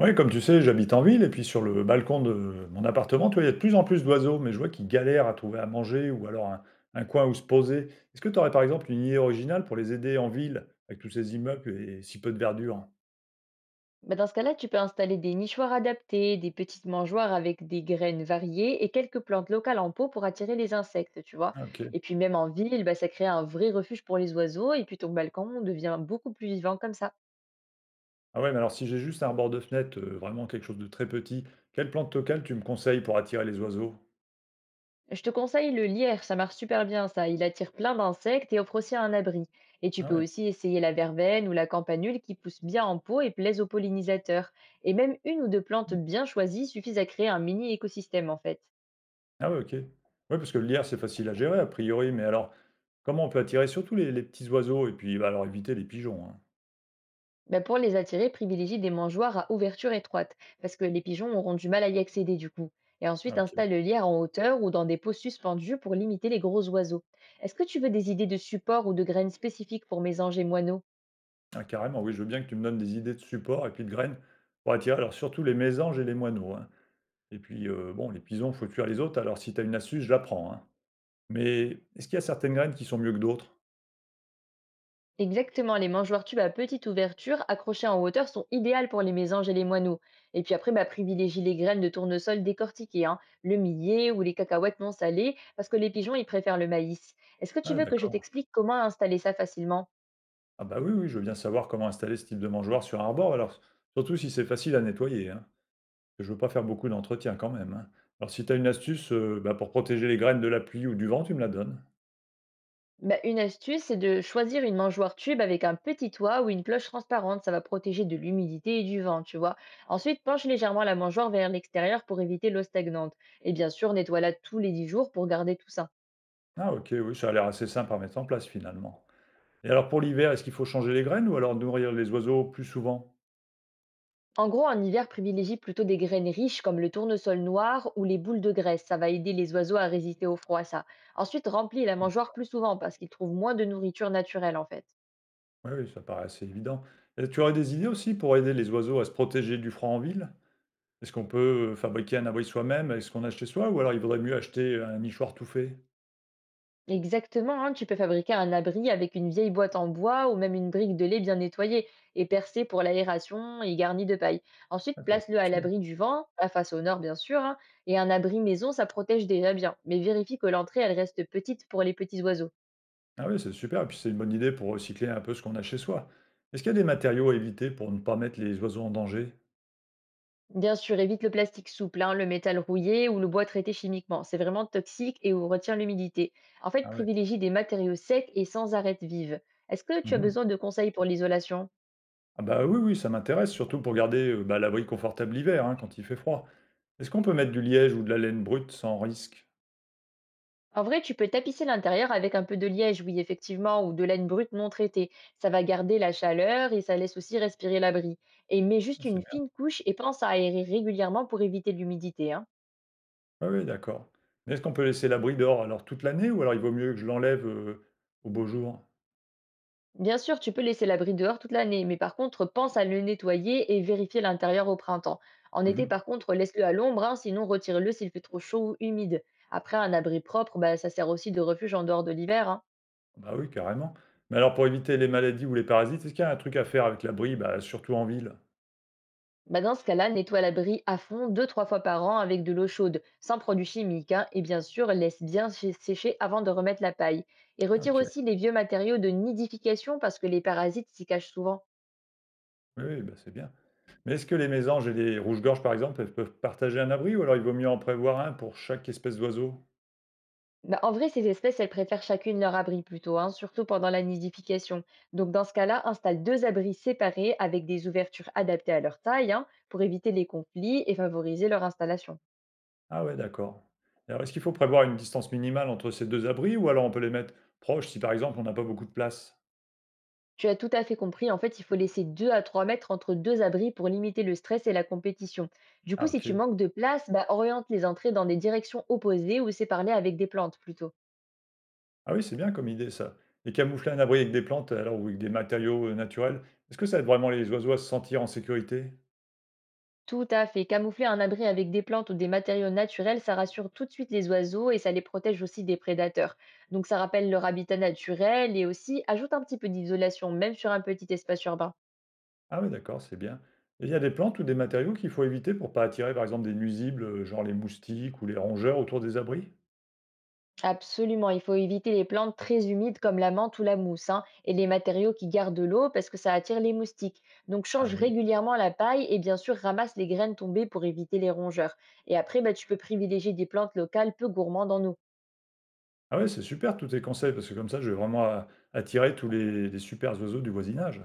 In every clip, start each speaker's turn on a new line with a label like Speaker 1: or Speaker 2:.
Speaker 1: Ouais, comme tu sais, j'habite en ville et puis sur le balcon de mon appartement, tu vois, il y a de plus en plus d'oiseaux, mais je vois qu'ils galèrent à trouver à manger ou alors un coin où se poser. Est-ce que tu aurais par exemple une idée originale pour les aider en ville avec tous ces immeubles et si peu de verdure?
Speaker 2: Bah, dans ce cas-là, tu peux installer des nichoirs adaptés, des petites mangeoires avec des graines variées et quelques plantes locales en pot pour attirer les insectes, tu vois.
Speaker 1: Ah, ok.
Speaker 2: Et puis même en ville, bah, ça crée un vrai refuge pour les oiseaux et puis ton balcon devient beaucoup plus vivant comme ça.
Speaker 1: Ah ouais, mais alors si j'ai juste un bord de fenêtre, vraiment quelque chose de très petit, quelle plante locale tu me conseilles pour attirer les oiseaux?
Speaker 2: Je te conseille le lierre, ça marche super bien ça. Il attire plein d'insectes et offre aussi un abri. Et tu
Speaker 1: Ah
Speaker 2: peux
Speaker 1: ouais.
Speaker 2: aussi essayer la verveine ou la campanule qui pousse bien en pot et plaisent aux pollinisateurs. Et même une ou deux plantes bien choisies suffisent à créer un mini écosystème en fait.
Speaker 1: Ah ouais, ok. Ouais, parce que le lierre, c'est facile à gérer a priori, mais alors comment on peut attirer surtout les petits oiseaux et puis bah, alors éviter les pigeons, hein.
Speaker 2: Ben, pour les attirer, privilégie des mangeoires à ouverture étroite, parce que les pigeons auront du mal à y accéder du coup. Et ensuite,
Speaker 1: Ah,
Speaker 2: installe
Speaker 1: ok.
Speaker 2: le lierre en hauteur ou dans des pots suspendus pour limiter les gros oiseaux. Est-ce que tu veux des idées de supports ou de graines spécifiques pour mésanges et moineaux?
Speaker 1: Ah carrément, oui, je veux bien que tu me donnes des idées de supports et puis de graines pour attirer alors surtout les mésanges et les moineaux, hein. Et puis, bon, les pisons, faut fuir les autres, alors si tu as une astuce, je la prends, hein. Mais est-ce qu'il y a certaines graines qui sont mieux que d'autres?
Speaker 2: Exactement, les mangeoires tubes à petite ouverture accrochées en hauteur sont idéales pour les mésanges et les moineaux. Et puis après, bah, privilégie les graines de tournesol décortiquées, hein, le millet ou les cacahuètes non salées, parce que les pigeons, ils préfèrent le maïs. Est-ce que tu
Speaker 1: Ah
Speaker 2: veux que je
Speaker 1: d'accord.
Speaker 2: t'explique comment installer ça facilement?
Speaker 1: Ah bah, oui, oui, je veux bien savoir comment installer ce type de mangeoire sur un arbor alors, surtout si c'est facile à nettoyer, hein. Je veux pas faire beaucoup d'entretien quand même, hein. Alors si tu as une astuce, bah, pour protéger les graines de la pluie ou du vent, tu me la donnes?
Speaker 2: Bah, une astuce, c'est de choisir une mangeoire tube avec un petit toit ou une cloche transparente. Ça va protéger de l'humidité et du vent, tu vois. Ensuite, penche légèrement la mangeoire vers l'extérieur pour éviter l'eau stagnante. Et bien sûr, nettoie-la tous les 10 jours pour garder tout ça.
Speaker 1: Ah OK, oui, ça a l'air assez simple à mettre en place finalement. Et alors pour l'hiver, est-ce qu'il faut changer les graines ou alors nourrir les oiseaux plus souvent?
Speaker 2: En gros, en hiver, privilégie plutôt des graines riches comme le tournesol noir ou les boules de graisse. Ça va aider les oiseaux à résister au froid, ça. Ensuite, remplis la mangeoire plus souvent parce qu'ils trouvent moins de nourriture naturelle, en fait.
Speaker 1: Oui, oui, ça paraît assez évident. Et tu aurais des idées aussi pour aider les oiseaux à se protéger du froid en ville? Est-ce qu'on peut fabriquer un abri soi-même avec ce qu'on a chez soi, ou alors il vaudrait mieux acheter un nichoir tout fait?
Speaker 2: Exactement, hein, tu peux fabriquer un abri avec une vieille boîte en bois ou même une brique de lait bien nettoyée et percée pour l'aération et garnie de paille. Ensuite,
Speaker 1: Ah, c'est
Speaker 2: place-le à
Speaker 1: sûr.
Speaker 2: l'abri du vent, la face au nord bien sûr, hein, et un abri maison, ça protège déjà bien, mais vérifie que l'entrée, elle reste petite pour les petits oiseaux.
Speaker 1: Ah oui, c'est super, et puis c'est une bonne idée pour recycler un peu ce qu'on a chez soi. Est-ce qu'il y a des matériaux à éviter pour ne pas mettre les oiseaux en danger?
Speaker 2: Bien sûr, évite le plastique souple, hein, le métal rouillé ou le bois traité chimiquement. C'est vraiment toxique et on retient l'humidité. En fait,
Speaker 1: Ah ouais.
Speaker 2: privilégie des matériaux secs et sans arêtes vives. Est-ce que tu as
Speaker 1: Mhm.
Speaker 2: besoin de conseils pour l'isolation?
Speaker 1: Ah bah oui, oui, ça m'intéresse, surtout pour garder bah, l'abri confortable l'hiver, hein, quand il fait froid. Est-ce qu'on peut mettre du liège ou de la laine brute sans risque?
Speaker 2: En vrai, tu peux tapisser l'intérieur avec un peu de liège, oui, effectivement, ou de laine brute non traitée. Ça va garder la chaleur et ça laisse aussi respirer l'abri. Et mets juste
Speaker 1: Ah, C'est
Speaker 2: une fine couche et pense à aérer régulièrement pour éviter l'humidité, hein.
Speaker 1: Ah oui, d'accord. Mais est-ce qu'on peut laisser l'abri dehors alors toute l'année ou alors il vaut mieux que je l'enlève, au beau jour?
Speaker 2: Bien sûr, tu peux laisser l'abri dehors toute l'année, mais par contre, pense à le nettoyer et vérifier l'intérieur au printemps. En été, par
Speaker 1: Mmh.
Speaker 2: contre, laisse-le à l'ombre, hein, sinon retire-le s'il fait trop chaud ou humide. Après, un abri propre, bah, ça sert aussi de refuge en dehors de l'hiver, hein.
Speaker 1: Bah oui, carrément. Mais alors pour éviter les maladies ou les parasites, est-ce qu'il y a un truc à faire avec l'abri, bah, surtout en ville?
Speaker 2: Bah, dans ce cas-là, nettoie l'abri à fond deux, trois fois par an avec de l'eau chaude, sans produits chimiques, hein, et bien sûr, laisse bien sécher avant de remettre la paille. Et
Speaker 1: Ah
Speaker 2: retire
Speaker 1: OK.
Speaker 2: aussi les vieux matériaux de nidification parce que les parasites s'y cachent souvent.
Speaker 1: Oui, oui, bah, c'est bien. Mais est-ce que les mésanges et les rouges-gorges, par exemple, elles peuvent partager un abri ou alors il vaut mieux en prévoir un pour chaque espèce d'oiseau?
Speaker 2: Bah, en vrai, ces espèces, elles préfèrent chacune leur abri plutôt, hein, surtout pendant la nidification. Donc dans ce cas-là, installe deux abris séparés avec des ouvertures adaptées à leur taille, hein, pour éviter les conflits et favoriser leur installation.
Speaker 1: Ah ouais, d'accord. Alors est-ce qu'il faut prévoir une distance minimale entre ces 2 abris ou alors on peut les mettre proches si, par exemple, on n'a pas beaucoup de place?
Speaker 2: Tu as tout à fait compris. En fait, il faut laisser 2 à 3 mètres entre 2 abris pour limiter le stress et la compétition. Du coup,
Speaker 1: Ah
Speaker 2: si tu
Speaker 1: OK.
Speaker 2: manques de place, bah, oriente les entrées dans des directions opposées ou sépare-les avec des plantes plutôt.
Speaker 1: Ah oui, c'est bien comme idée ça. Et camoufler un abri avec des plantes, alors ou avec des matériaux, naturels, est-ce que ça aide vraiment les oiseaux à se sentir en sécurité?
Speaker 2: Tout à fait. Camoufler un abri avec des plantes ou des matériaux naturels, ça rassure tout de suite les oiseaux et ça les protège aussi des prédateurs. Donc ça rappelle leur habitat naturel et aussi ajoute un petit peu d'isolation, même sur un petit espace urbain.
Speaker 1: Ah oui, d'accord, c'est bien. Et il y a des plantes ou des matériaux qu'il faut éviter pour pas attirer, par exemple, des nuisibles, genre les moustiques ou les rongeurs autour des abris?
Speaker 2: Absolument, il faut éviter les plantes très humides comme la menthe ou la mousse, hein, et les matériaux qui gardent de l'eau parce que ça attire les moustiques. Donc
Speaker 1: Ah
Speaker 2: change
Speaker 1: oui.
Speaker 2: régulièrement la paille et bien sûr ramasse les graines tombées pour éviter les rongeurs. Et après, bah, tu peux privilégier des plantes locales peu gourmandes en eau.
Speaker 1: Ah ouais, c'est super tous tes conseils parce que comme ça, je vais vraiment a attirer tous les supers oiseaux du voisinage.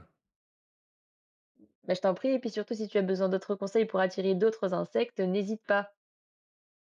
Speaker 2: Bah, je t'en prie, et puis surtout si tu as besoin d'autres conseils pour attirer d'autres insectes, n'hésite pas.